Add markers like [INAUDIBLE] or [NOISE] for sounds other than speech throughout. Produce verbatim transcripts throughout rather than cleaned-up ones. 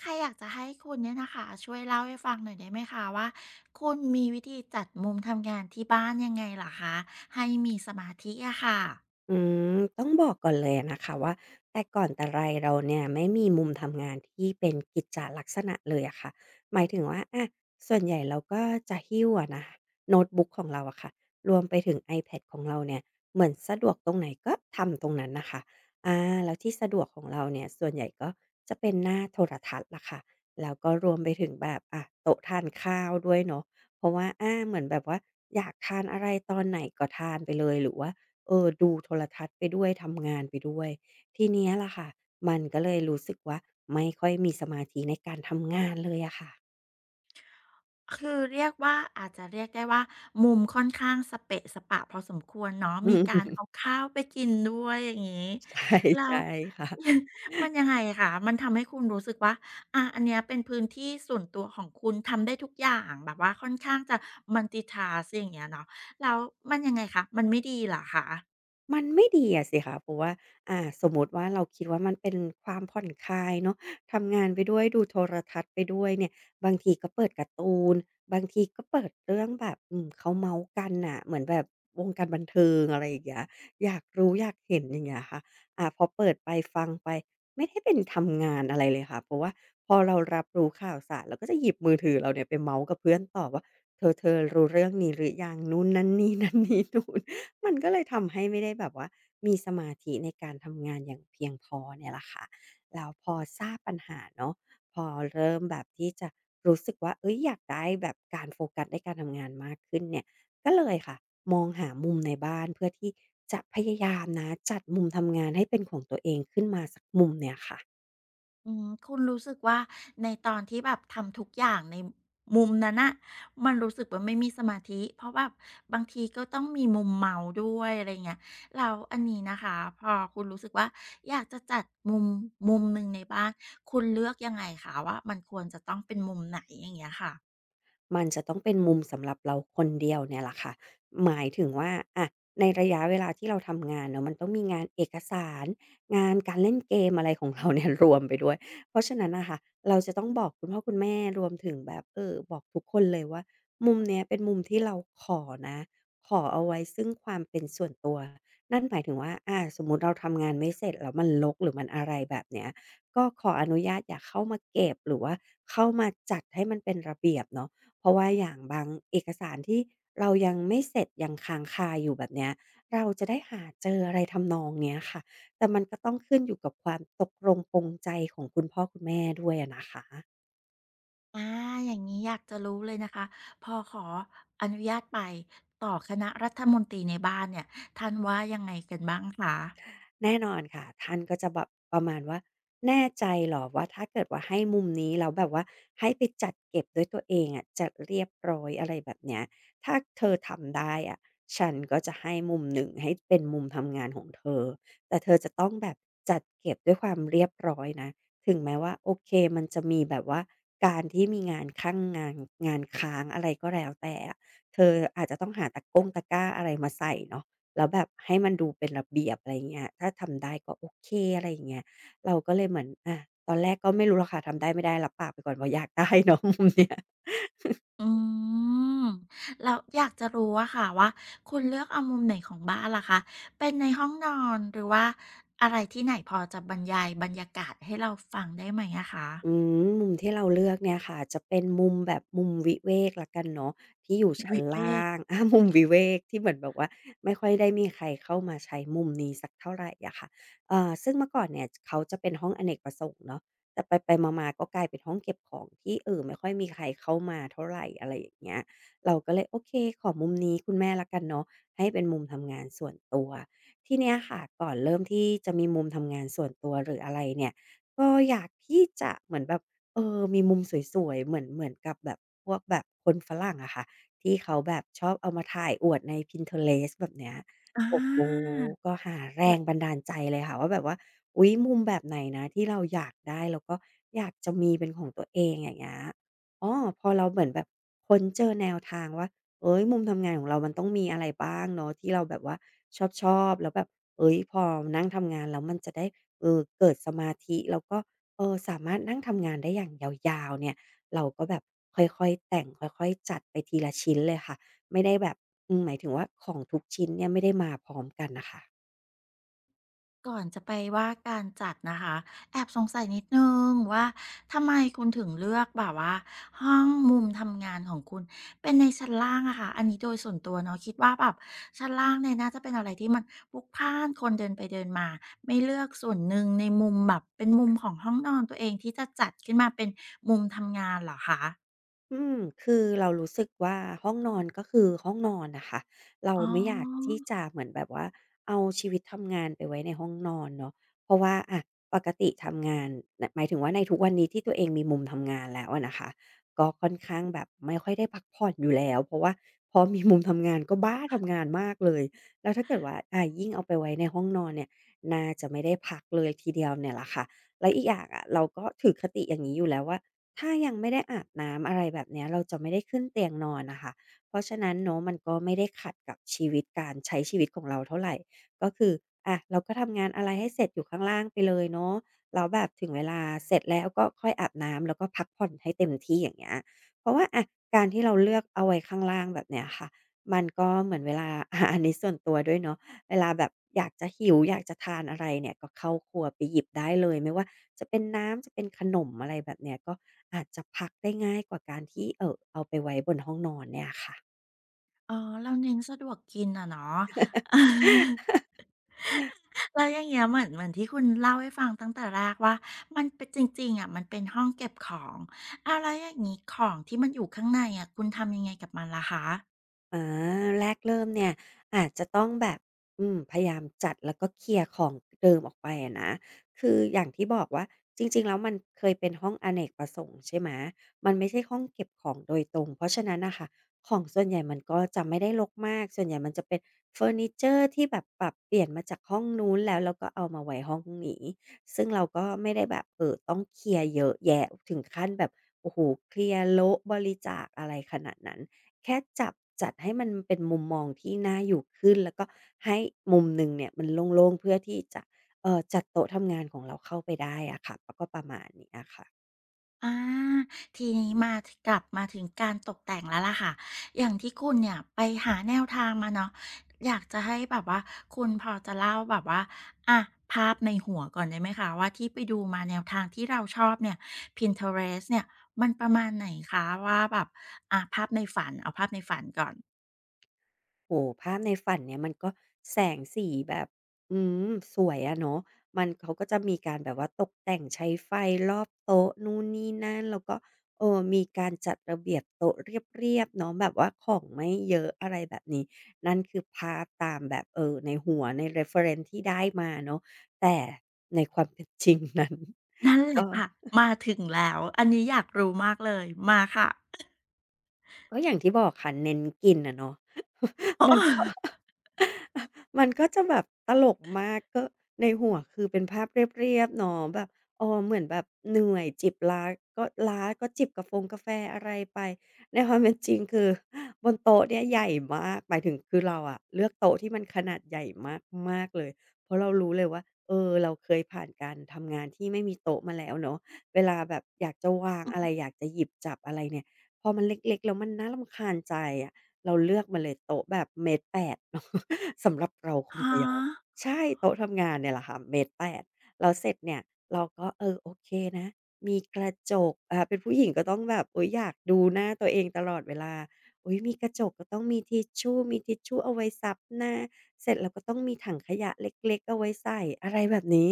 ใครอยากจะให้คุณเนี่ยนะคะช่วยเล่าให้ฟังหน่อยได้ไหมคะว่าคุณมีวิธีจัดมุมทำงานที่บ้านยังไงเหรอคะให้มีสมาธิอะค่ะอืมต้องบอกก่อนเลยอะนะคะว่าแต่ก่อนแต่ไรเราเนี่ยไม่มีมุมทำงานที่เป็นกิจจลักษณะเลยอะค่ะหมายถึงว่าอะส่วนใหญ่เราก็จะหิ้วอะนะโน้ตบุ๊กของเราอะค่ะรวมไปถึง ไอแพด ของเราเนี่ยเหมือนสะดวกตรงไหนก็ทำตรงนั้นน่ะค่ะอาแล้วที่สะดวกของเราเนี่ยส่วนใหญ่ก็จะเป็นหน้าโทรทัศน์ล่ะค่ะแล้วก็รวมไปถึงแบบอะโต๊ะทานข้าวด้วยเนาะเพราะว่าอาเหมือนแบบว่าอยากทานอะไรตอนไหนก็ทานไปเลยหรือว่า เออดูโทรทัศน์ไปด้วยทำงานไปด้วยทีเนี้ยล่ะค่ะมันก็เลยรู้สึกว่าไม่ค่อยมีสมาธิในการทำงานเลยอะค่ะ [LAUGHS] คือเรียกว่าอาจจะเรียกได้ว่ามุมค่อนข้างสเปะสปะพอสมควรเนาะอืมีกามรเอาข้าวไปกินด้วยอย่างงี้ใช่แล้ว ใช่ค่ะ [LAUGHS] มันยังไงคะมันทำให้คุณรู้สึกว่าอะอันเนี้ยเป็นพื้นที่ส่วนตัวของคุณทำได้ทุกอย่างแบบว่าค่อนข้างจะมัลติทาสอย่างเงี้ยเนาะแล้วมันยังไงคะมันไม่ดีเหรอคะ มันไม่ดีอะสิคะเพราะว่าอ่าสมมติว่าเราคิดว่ามันเป็นความผ่อนคลายเนาะทำงานไปด้วยดูโทรทัศน์ไปด้วยเนี่ยบางทีก็เปิดการ์ตูนบางทีก็เปิดเรื่องแบบอืมเขาเมาท์กันน่ะเหมือนแบบวงการบันเทิงอะไรอย่างเงี้ยอยากรู้อยากเห็นอย่างเงี้ยค่ะอ่าพอเปิดไปฟังไปไม่ได้เป็นทำงานอะไรเลยค่ะเพราะว่าพอเรารับรู้ข่าวสารเราก็จะหยิบมือถือเราเนี่ยไปเมาท์กับเพื่อนต่อว่าเธอๆรู้เรื่องนี้หรือยังนู่นนั่นนี่ [LAUGHS] นั่นนี่นู่น มันก็เลยทำให้ไม่ได้แบบว่ามีสมาธิในการทำงานอย่างเพียงพอเนี่ยแหละค่ะแล้วพอทราบปัญหาเนาะพอเริ่มแบบที่จะรู้สึกว่าเฮ้ยอยากได้แบบการโฟกัสในการทำงานมากขึ้นเนี่ยก็เลยค่ะมองหามุมในบ้านเพื่อที่จะพยายามนะจัดมุมทำงานให้เป็นของตัวเองขึ้นมาสักมุมเนี่ยค่ะ อืมคุณรู้สึกว่าในตอนที่แบบทำทุกอย่างในมุมนั้นอะมันรู้สึกว่าไม่มีสมาธิเพราะแบบบางทีก็ต้องมีมุมเมาด้วยอะไรเงี้ยเราอันนี้นะคะพอคุณรู้สึกว่าอยากจะจัดมุมมุมหนึ่งในบ้านคุณเลือกยังไงคะว่ามันควรจะต้องเป็นมุมไหนอย่างเงี้ยค่ะมันจะต้องเป็นมุมสำหรับเราคนเดียวเนี่ยแหละค่ะหมายถึงว่าอะในระยะเวลาที่เราทำงานเนาะมันต้องมีงานเอกสาร งานการเล่นเกมอะไรของเราเนี่ย [LAUGHS] รวมไปด้วยเพราะฉะนั้นนะคะเราจะต้องบอกคุณพ่อคุณแม่รวมถึงแบบเออบอกทุกคนเลยว่า มุมเนี้ยเป็นมุมที่เราขอนะ ขอเอาไว้ซึ่งความเป็นส่วนตัวนั่นหมายถึงว่าอาสมมุติเราทำงานไม่เสร็จแล้วมันรกหรือมันอะไรแบบเนี้ยก็ขออนุญาตอย่าเข้ามาเก็บหรือว่าเข้ามาจัดให้มันเป็นระเบียบเนาะ เพราะว่าอย่างบางเอกสารที่เรายังไม่เสร็จยังค้างคาอยู่แบบเนี้ยเราจะได้หาเจออะไรทำนองเนี้ยค่ะแต่มันก็ต้องขึ้นอยู่กับความตกลงปลงใจของคุณพ่อคุณแม่ด้วยอะนะคะ อาอย่างนี้อยากจะรู้เลยนะคะพอขออนุญาตไปต่อคณะรัฐมนตรีในบ้านเนี่ยท่านว่ายังไงกันบ้างคะ แน่นอนค่ะท่านก็จะแบบประมาณว่าแน่ใจเหรอว่าถ้าเกิดว่าให้มุมนี้แล้วแบบว่าให้ไปจัดเก็บด้วยตัวเองอ่ะจะเรียบร้อยอะไรแบบเนี้ยถ้าเธอทำได้อ่ะฉันก็จะให้มุมหนึ่งให้เป็นมุมทำงานของเธอแต่เธอจะต้องแบบจัดเก็บด้วยความเรียบร้อยนะถึงแม้ว่าโอเคมันจะมีแบบว่าการที่มีงานข้างงานงานค้างอะไรก็แล้วแต่อะเธออาจจะต้องหาตะกร้งตะกร้าอะไรมาใส่เนาะ แล้วแบบให้มันดูเป็นระเบียบอะไรอย่างเงี้ยถ้าทำได้ก็โอเคอะไรอย่างเงี้ยเราก็เลยเหมือนอาตอนแรกก็ไม่รู้หรอกค่ะทำได้ไม่ได้รับปากไปก่อนว่าอยากได้เนาะมุมเนี้ย อืมแล้วอยากจะรู้อะค่ะว่าคุณเลือกเอามุมไหนของบ้านล่ะคะเป็นในห้องนอนหรือว่าอะไรที่ไหนพอจะบรรยายบรรยากาศให้เราฟังได้ไหมอะอืคะมมุมที่เราเลือกเนี่ยค่ะจะเป็นมุมแบบมุมวิเวกละกันเนาะที่อยู่ชั้วินเวกล่าง [LAUGHS] อามุมวิเวกที่เหมือนแบบว่าไม่ค่อยได้มีใครเข้ามาใช้มุมนี้สักเท่าไรอะค่ะเอ่อซึ่งเมื่อก่อนเนี่ยเขาจะเป็นห้องอเนกประสงค์เนาะแต่ไปๆมาๆก็กลายเป็นห้องเก็บของที่เอ่อไม่ค่อยมีใครเข้ามาเท่าไรอะไรอย่างเงี้ยเราก็เลยโอเคขอมุมนี้คุณแม่ละกันเนาะให้เป็นมุมทำงานส่วนตัวทีเนี้ยค่ะก่อนเริ่มที่จะมีมุมทำงานส่วนตัวหรืออะไรเนี่ย ก็อยากที่จะเหมือนแบบเออมีมุมสวยๆเหมือนเหมือนกับแบบพวกแบบคนฝรั่งอะค่ะที่เขาแบบชอบเอามาถ่ายอวดใน พินเทอเรสต์ แบบเนี้ยอา โอ้โฮก็หาแรงบันดาลใจเลยค่ะว่าแบบว่าอุ๊ยมุมแบบไหนนะที่เราอยากได้แล้วก็อยากจะมีเป็นของตัวเองอย่างเงี้ยอ้อพอเราเหมือนแบบค้นเจอแนวทางว่าเฮ้ยมุมทำงานของเรามันต้องมีอะไรบ้างเนาะที่เราแบบว่าชอบๆแล้วแบบเฮ้ยพอนั่งทำงานแล้วมันจะได้ เออเกิดสมาธิแล้วก็เออสามารถนั่งทำงานได้อย่างยาวๆเนี่ยเราก็แบบค่อยๆแต่งค่อยๆจัดไปทีละชิ้นเลยค่ะไม่ได้แบบอืมหมายถึงว่าของทุกชิ้นเนี่ยไม่ได้มาพร้อมกันนะคะ ก่อนจะไปว่าการจัดนะคะแอบสงสัยนิดนึงว่าทำไมคุณถึงเลือกแบบว่าห้องมุมทำงานของคุณเป็นในชั้นล่างอะค่ะอันนี้โดยส่วนตัวเนาะคิดว่าแบบชั้นล่างเนี่ยน่าจะเป็นอะไรที่มันพลุกพล่านคนเดินไปเดินมาไม่เลือกส่วนหนึ่งในมุมแบบเป็นมุมของห้องนอนตัวเองที่จะจัดขึ้นมาเป็นมุมทำงานเหรอคะอืมคือเรารู้สึกว่าห้องนอนก็คือห้องนอนน่ะค่ะเราอ๋ไม่อยากอที่จะเหมือนแบบว่าเอาชีวิตทำงานไปไว้ในห้องนอนเนาะเพราะว่าอะปกติทำงานนหมายถึงว่าในทุกวันนี้ที่ตัวเองมีมุมทำงานแล้วอะนะคะก็ค่อนข้างแบบไม่ค่อยได้พักผ่อนอยู่แล้วเพราะว่าพอมีมุมทำงานก็บ้าทำงานมากเลยแล้วถ้าเกิดว่าอ่ายิ่งเอาไปไว้ในห้องนอนเนี่ยน่าจะไม่ได้พักเลยทีเดียวเนี่ยแหละค่ะแล้วอีกอย่างอะเราก็ถือคติอย่างนี้อยู่แล้วว่า ถ้ายังไม่ได้อาบน้ำอะไรแบบเนี้ยเราจะไม่ได้ขึ้นเตียงนอนน่ะค่ะเพราะฉะนั้นเนาะมันก็ไม่ได้ขัดกับชีวิตการใช้ชีวิตของเราเท่าไรก็คืออะเราก็ทำงานอะไรให้เสร็จอยู่ข้างล่างไปเลยเนาะแล้วแบบถึงเวลาเสร็จแล้วก็ค่อยอาบน้ำแล้วก็พักผ่อนให้เต็มที่อย่างเงี้ยเพราะว่าอะการที่เราเลือกเอาไว้ข้างล่างแบบเนี้ยค่ะมันก็เหมือนเวลา [LAUGHS] อาอันนี้ส่วนตัวด้วยเนาะเวลาแบบอยากจะหิวอยากจะทานอะไรเนี่ยก็เข้าครัวไปหยิบได้เลยไม่ว่า จะเป็นน้ำจะเป็นขนมอะไรแบบเนี้ยก็อาจจะพักได้ง่ายกว่าการที่เอ่อเอาไปไว้บนห้องนอนเนี่ยค่ะ อ๋อเราเน้นสะดวกกินอะเนาะ [LAUGHS] แล้วอย่างเงี้ยเหมือนเหมือนที่คุณเล่าให้ฟังตั้งแต่แรกว่ามันเป็นจริงๆอะมันเป็นห้องเก็บของอ้าวแล้วอย่างงี้ของที่มันอยู่ข้างในอะคุณทำยังไงกับมันล่ะคะอาแรกเริ่มเนี่ยอาจจะต้องแบบอืมพยายามจัดแล้วก็เคลียร์ของเดิมออกไปอะนะคืออย่างที่บอกว่าจริงๆแล้วมันเคยเป็นห้องอเนกประสงค์ใช่ไหมมันไม่ใช่ห้องเก็บของโดยตรงเพราะฉะนั้นนะคะของส่วนใหญ่มันก็จะไม่ได้รกมากส่วนใหญ่มันจะเป็นเฟอร์นิเจอร์ที่แบบปรับเปลี่ยนมาจากห้องนู้นแล้วแล้วก็เอามาไว้ห้องนี้ซึ่งเราก็ไม่ได้แบบเออต้องเคลียร์เยอะแยะถึงขั้นแบบโอ้โหเคลียร์โละบริจาคอะไรขนาดนั้น แค่จับจัดให้มันเป็นมุมมองที่น่าอยู่ขึ้นแล้วก็ให้มุมหนึ่งเนี่ยมันโล่งๆเพื่อที่จะเอ่อจัดโต๊ะทำงานของเราเข้าไปได้อะค่ะก็ประมาณเนี้ยค่ะ อาทีนี้มาถกลับมาถึงการตกแต่งแล้วล่ะค่ะอย่างที่คุณเนี่ยไปหาแนวทางมาเนาะอยากจะให้แบบว่าคุณพอจะเล่าแบบว่าอะภาพในหัวก่อนได้ไหมคะว่าที่ไปดูมาแนวทางที่เราชอบเนี่ย Pinterest เนี่ยมันประมาณไหนคะว่าแบบอะภาพในฝันเอาภาพในฝันก่อน โอ้โฮภาพในฝันเนี่ยมันก็แสงสีแบบอืมสวยอะเนาะมันเขาก็จะมีการแบบว่าตกแต่งใช้ไฟรอบโต๊ะนู่นนี่นั่นแล้วก็เอ่อมีการจัดระเบียบโต๊ะเรียบๆเนาะแบบว่าของไม่เยอะอะไรแบบนี้นั่นคือภาพตามแบบเอ่อในหัวใน reference ที่ได้มาเนาะแต่ในความเป็นจริงนั้นนั่นแหละก็ ค่ะมาถึงแล้วอันนี้อยากรู้มากเลยมาค่ะ ก็อย่างที่บอกค่ะเน้นกินอะเนาะ [LAUGHS] อ๋อ [LAUGHS] มันก็ [LAUGHS] มันก็จะแบบตลกมากก็ในหัวคือเป็นภาพเรียบๆเนาะแบบอ๋อเหมือนแบบเหนื่อยจิบล้าก็ล้าก็จิบกาแฟงกาแฟอะไรไปในความเป็นจริงคือ [LAUGHS] บนโต๊ะเนี่ยใหญ่มากหมายถึงคือเราอะเลือกโต๊ะที่มันขนาดใหญ่มากๆเลยเพราะเรารู้เลยว่าเออเราเคยผ่านการทำงานที่ไม่มีโต๊ะมาแล้วเนาะเวลาแบบอยากจะวางอะไรอยากจะหยิบจับอะไรเนี่ย พอมันเล็กๆแล้วมันน่ารำคาญใจอะเราเลือกมาเลยโต๊ะแบบหนึ่งจุดแปดเนาะ [LAUGHS] สำหรับเราคนฮะเดียวใช่โต๊ะทำงานเนี่ยแหละค่ะหนึ่งจุดแปดแปดแล้วเสร็จเนี่ยเราก็เออโอเคนะมีกระจกอ่าเป็นผู้หญิงก็ต้องแบบอุ๊ยอยากดูหน้าตัวเองตลอดเวลาอุ๊ยมีกระจกก็ต้องมีทิชชู่มีทิชชู่เอาไว้ซับหน้าเสร็จแล้วก็ต้องมีถังขยะเล็กๆเอาไว้ใส่อะไรแบบนี้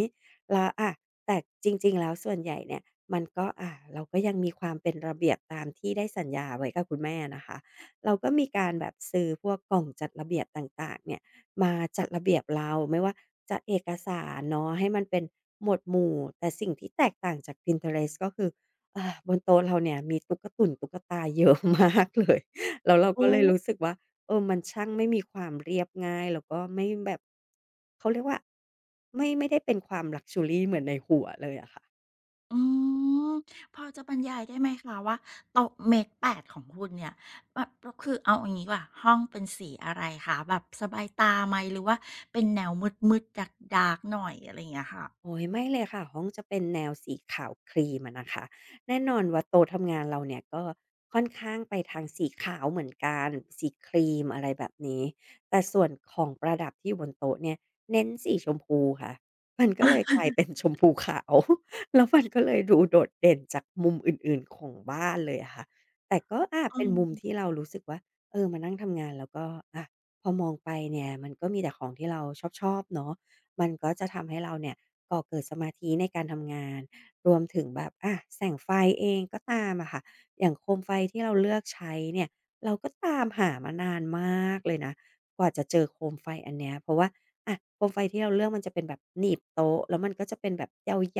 แล้วอะแต่จริงๆแล้วส่วนใหญ่เนี่ย มันก็อ่าเราก็ยังมีความเป็นระเบียบตามที่ได้สัญญาไว้กับคุณแม่นะคะเราก็มีการแบบซื้อพวกกล่องจัดระเบียบต่างๆเนี่ยมาจัดระเบียบเราไม่ว่าจะเอกสารเนาะให้มันเป็นหมวดหมู่แต่สิ่งที่แตกต่างจาก Pinterest ก็คืออ่าบนโต๊ะเราเนี่ยมีตุ๊กตุ่นตุ๊กตาเยอะมากเลยแล้วเราโอ้ก็เลยรู้สึกว่าเออมันช่างไม่มีความเรียบง่ายแล้วก็ไม่แบบเขาเรียกว่าไม่ไม่ได้เป็นความ luxury เหมือนในหัวเลยอะค่ะ อืมพอจะบรรยายได้ไหมคะว่าโต๊ะเมตรแปดของคุณเนี่ยแบบก็คือเอาอย่างงี้ดีกว่าห้องเป็นสีอะไรคะแบบสบายตาไหมหรือว่าเป็นแนวมืดๆดาร์กๆหน่อยอะไรอย่างเงี้ยค่ะ โอ้ยไม่เลยค่ะห้องจะเป็นแนวสีขาวครีมอะนะคะแน่นอนว่าโต๊ะทำงานเราเนี่ยก็ค่อนข้างไปทางสีขาวเหมือนกันสีครีมอะไรแบบนี้แต่ส่วนของประดับที่อยู่บนโต๊ะเนี่ยเน้นสีชมพูค่ะมันก็เลยกลายเป็น [LAUGHS] ชมพูขาว [LAUGHS] แล้วมันก็เลยดูโดดเด่นจากมุมอื่นๆของบ้านเลยอะค่ะแต่ก็อาอืเป็นมุมม ที่เรารู้สึกว่าเออมานั่งทำงานแล้วก็อะพอมองไปเนี่ยมันก็มีแต่ของที่เราชอบชอบเนาะ มันก็จะทำให้เราเนี่ยก่อเกิดสมาธิในการทำงานรวมถึงแบบอะแสงไฟเองก็ตามอะค่ะอย่างโคมไฟที่เราเลือกใช้เนี่ยเราก็ตามหามานานมากเลยนะกว่าจะเจอโคมไฟอันเนี้ยเพราะว่าอะโคมไฟที่เราเลือกมันจะเป็นแบบหนีบโต๊ะแล้วมันก็จะเป็นแบบ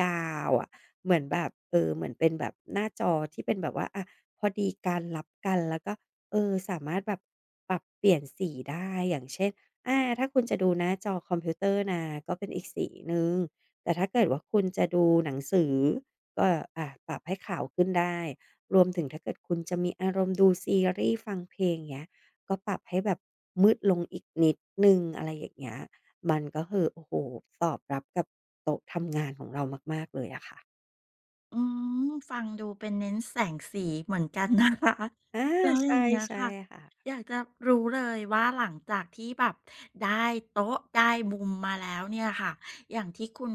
ยาวๆอะเหมือนแบบเออเหมือนเป็นแบบหน้าจอที่เป็นแบบว่าอะพอดีการรับกันแล้วก็เออสามารถแบบปรับเปลี่ยนสีได้อย่างเช่น อาถ้าคุณจะดูหน้าจอคอมพิวเตอร์นะก็เป็นอีกสีหนึ่งแต่ถ้าเกิดว่าคุณจะดูหนังสือก็อ่าปรับให้ขาวขึ้นได้รวมถึงถ้าเกิดคุณจะมีอารมณ์ดูซีรีส์ฟังเพลงอย่างเงี้ยก็ปรับให้แบบมืดลงอีกนิดหนึ่งอะไรอย่างเงี้ยมันก็คือโอ้โฮตอบรับกับโต๊ะทำงานของเรามากๆเลยอะค่ะอืมฟังดูเป็นเน้นแสงสีเหมือนกันนะคะ [LAUGHS] อาแล้วอใช่ย่างเงี้ยใช่ค่ะค่ะ อยากจะรู้เลยว่าหลังจากที่แบบได้โต๊ะได้มุมมาแล้วเนี่ยค่ะอย่างที่คุณ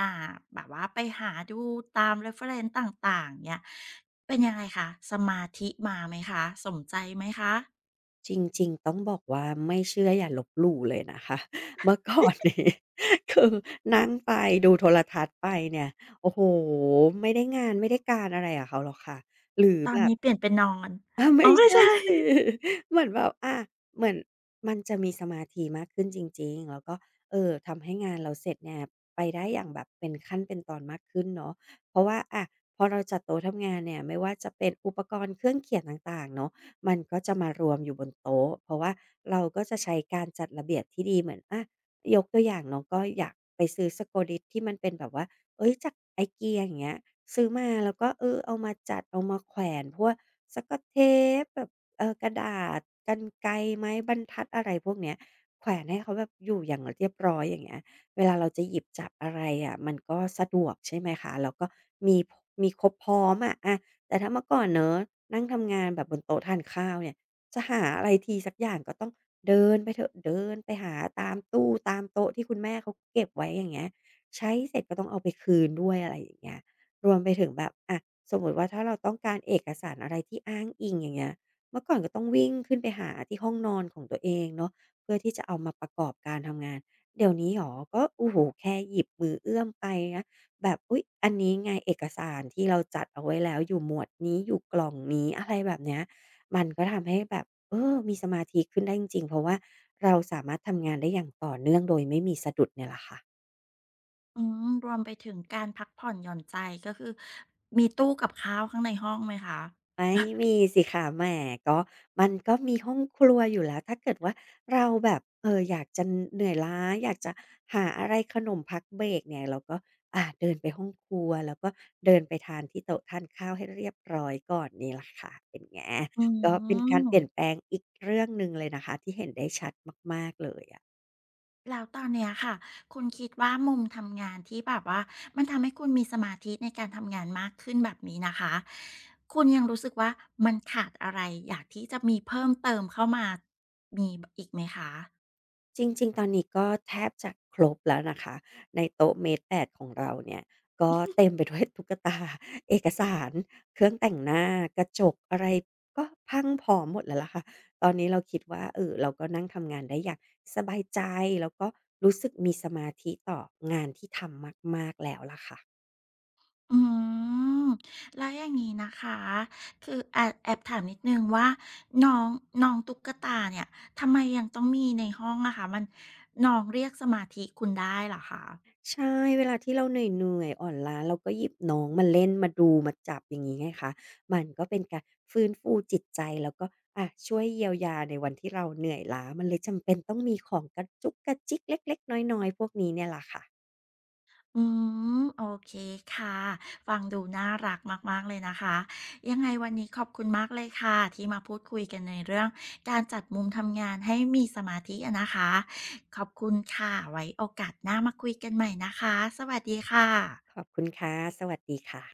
อ่าแบบว่าไปหาดูตาม reference ต่างๆเนี่ยเป็นยังไงคะสมาธิมาไหมคะสมใจไหมคะจริงๆต้องบอกว่าไม่เชื่ออย่าลบหลู่เลยนะคะ [LAUGHS] เมื่อก่อนนี้ [LAUGHS] คือนั่งไปดูโทรทัศน์ไปเนี่ยโอ้โหไม่ได้งานไม่ได้การอะไรกับเขาหรอกค่ะหรือตอนแบบ นี้เปลี่ยนเป็นนอนอาอ๋อไม่ไม่ใช่ใช่ สิ [LAUGHS] [LAUGHS] เหมือนแบบอาเหมือนมันจะมีสมาธิมากขึ้นจริงๆแล้วก็เอ่อทำให้งานเราเสร็จเนี่ยไปได้อย่างแบบเป็นขั้นเป็นตอนมากขึ้นเนาะเพราะว่าอาพอเราจัดโต๊ะทำงานเนี่ยไม่ว่าจะเป็นอุปกรณ์เครื่องเขียนต่างๆเนาะมันก็จะมารวมอยู่บนโต๊ะเพราะว่าเราก็จะใช้การจัดระเบียบที่ดีเหมือนอายกตัวอย่างเนาะก็อยากไปซื้อ Scodit ที่มันเป็นแบบว่า เอ้ยจากไอเกียอย่างเงี้ยซื้อมาแล้วก็เออเอามาจัดเอามาแขวนพวกสกอตเทปแบบเออกระดาษกรรไกรไม้บรรทัดอะไรพวกเนี้ยแขวนให้เขาแบบอยู่อย่างเรียบร้อยอย่างเงี้ยเวลาเราจะหยิบจับอะไรอ่ะมันก็สะดวกใช่ไหมคะแล้วก็มีมีครบพร้อมอะอะแต่ถ้าเมื่อก่อนเนอะนั่งทำงานแบบบนโต๊ะทานข้าวเนี่ยจะหาอะไรทีสักอย่างก็ต้องเดินไปเถอะเดินไปหาตามตู้ตามโต๊ะที่คุณแม่เขาเก็บไว้อย่างเงี้ย ใช้เสร็จก็ต้องเอาไปคืนด้วยอะไรอย่างเงี้ยรวมไปถึงแบบอะสมมุติว่าถ้าเราต้องการเอกสารอะไรที่อ้างอิงอย่างเงี้ยเมื่อก่อนก็ต้องวิ่งขึ้นไปหาที่ห้องนอนของตัวเองเนาะเพื่อที่จะเอามาประกอบการทำงานเดี๋ยวนี้เหรอก็โอ้โฮแค่หยิบมือเอื้อมไปนะแบบอุ๊ยอันนี้ไงเอกสารที่เราจัดเอาไว้แล้วอยู่หมวดนี้อยู่กล่องนี้อะไรแบบเนี้ยมันก็ทำให้แบบเออมีสมาธิขึ้นได้จริงๆเพราะว่าเราสามารถทำงานได้อย่างต่อเนื่องโดยไม่มีสะดุดเนี่ยแหละค่ะ อืมรวมไปถึงการพักผ่อนหย่อนใจก็คือมีตู้กับข้าวข้างในห้องไหมคะ ไม่มีสิคะแหมก็มันก็มีห้องครัวอยู่แล้วถ้าเกิดว่าเราแบบเอออยากจะเหนื่อยล้าอยากจะหาอะไรขนมพักเบรกเนี่ยเราก็อ่าเดินไปห้องครัวแล้วก็เดินไปทานที่โต๊ะทานข้าวให้เรียบร้อยก่อนนี่แหละค่ะเป็นไง อื [LAUGHS] ก็เป็นการเปลี่ยนแปลมงอีกเรื่องหนึ่งเลยนะคะที่เห็นได้ชัดมากๆเลยอะ แล้วตอนเนี้ยค่ะคุณคิดว่ามุมทำงานที่แบบว่ามันทำให้คุณมีสมาธิในการทำงานมากขึ้นแบบนี้นะคะคุณยังรู้สึกว่ามันขาดอะไรอยากที่จะมีเพิ่มเติมเข้ามามีอีกไหมคะจริงๆ ตอนนี้ก็แทบจะครบแล้วนะคะในโต๊ะเมตรแปดของเราเนี่ยก็เต็มไปด้วย [LAUGHS] ตุ๊กตาเอกสารเครื่องแต่งหน้ากระจกอะไรก็พรั่งพร้อมหมดแล้วล่ะค่ะตอนนี้เราคิดว่าเออเราก็นั่งทำงานได้อย่างสบายใจแล้วก็รู้สึกมีสมาธิต่องานที่ทำมากๆแล้วล่ะค่ะ อืมแล้วอย่างงี้นะคะคือแอบแอบถามนิดหนึ่งว่าน้องน้องตุ๊กตาเนี่ยทำไมยังต้องมีในห้องอะคะมันน้องเรียกสมาธิคุณได้เหรอคะ ใช่เวลาที่เราเหนื่อยๆอ่อนล้าเราก็หยิบน้องมาเล่นมาดูมาจับอย่างงี้ไงคะมันก็เป็นการฟื้นฟูจิตใจแล้วก็อะช่วยเยียวยาในวันที่เราเหนื่อยล้ามันเลยจำเป็นต้องมีของกระจุกกระจิกเล็กๆน้อยๆพวกนี้เนี่ยล่ะค่ะอืมโอเคค่ะฟังดูน่ารักมากๆเลยนะคะยังไงวันนี้ขอบคุณมากเลยค่ะที่มาพูดคุยกันในเรื่องการจัดมุมทำงานให้มีสมาธิอะนะคะขอบคุณค่ะไว้โอกาสหน้ามาคุยกันใหม่นะคะสวัสดีค่ขะอบคุณค่ะสวัสดีค่ะ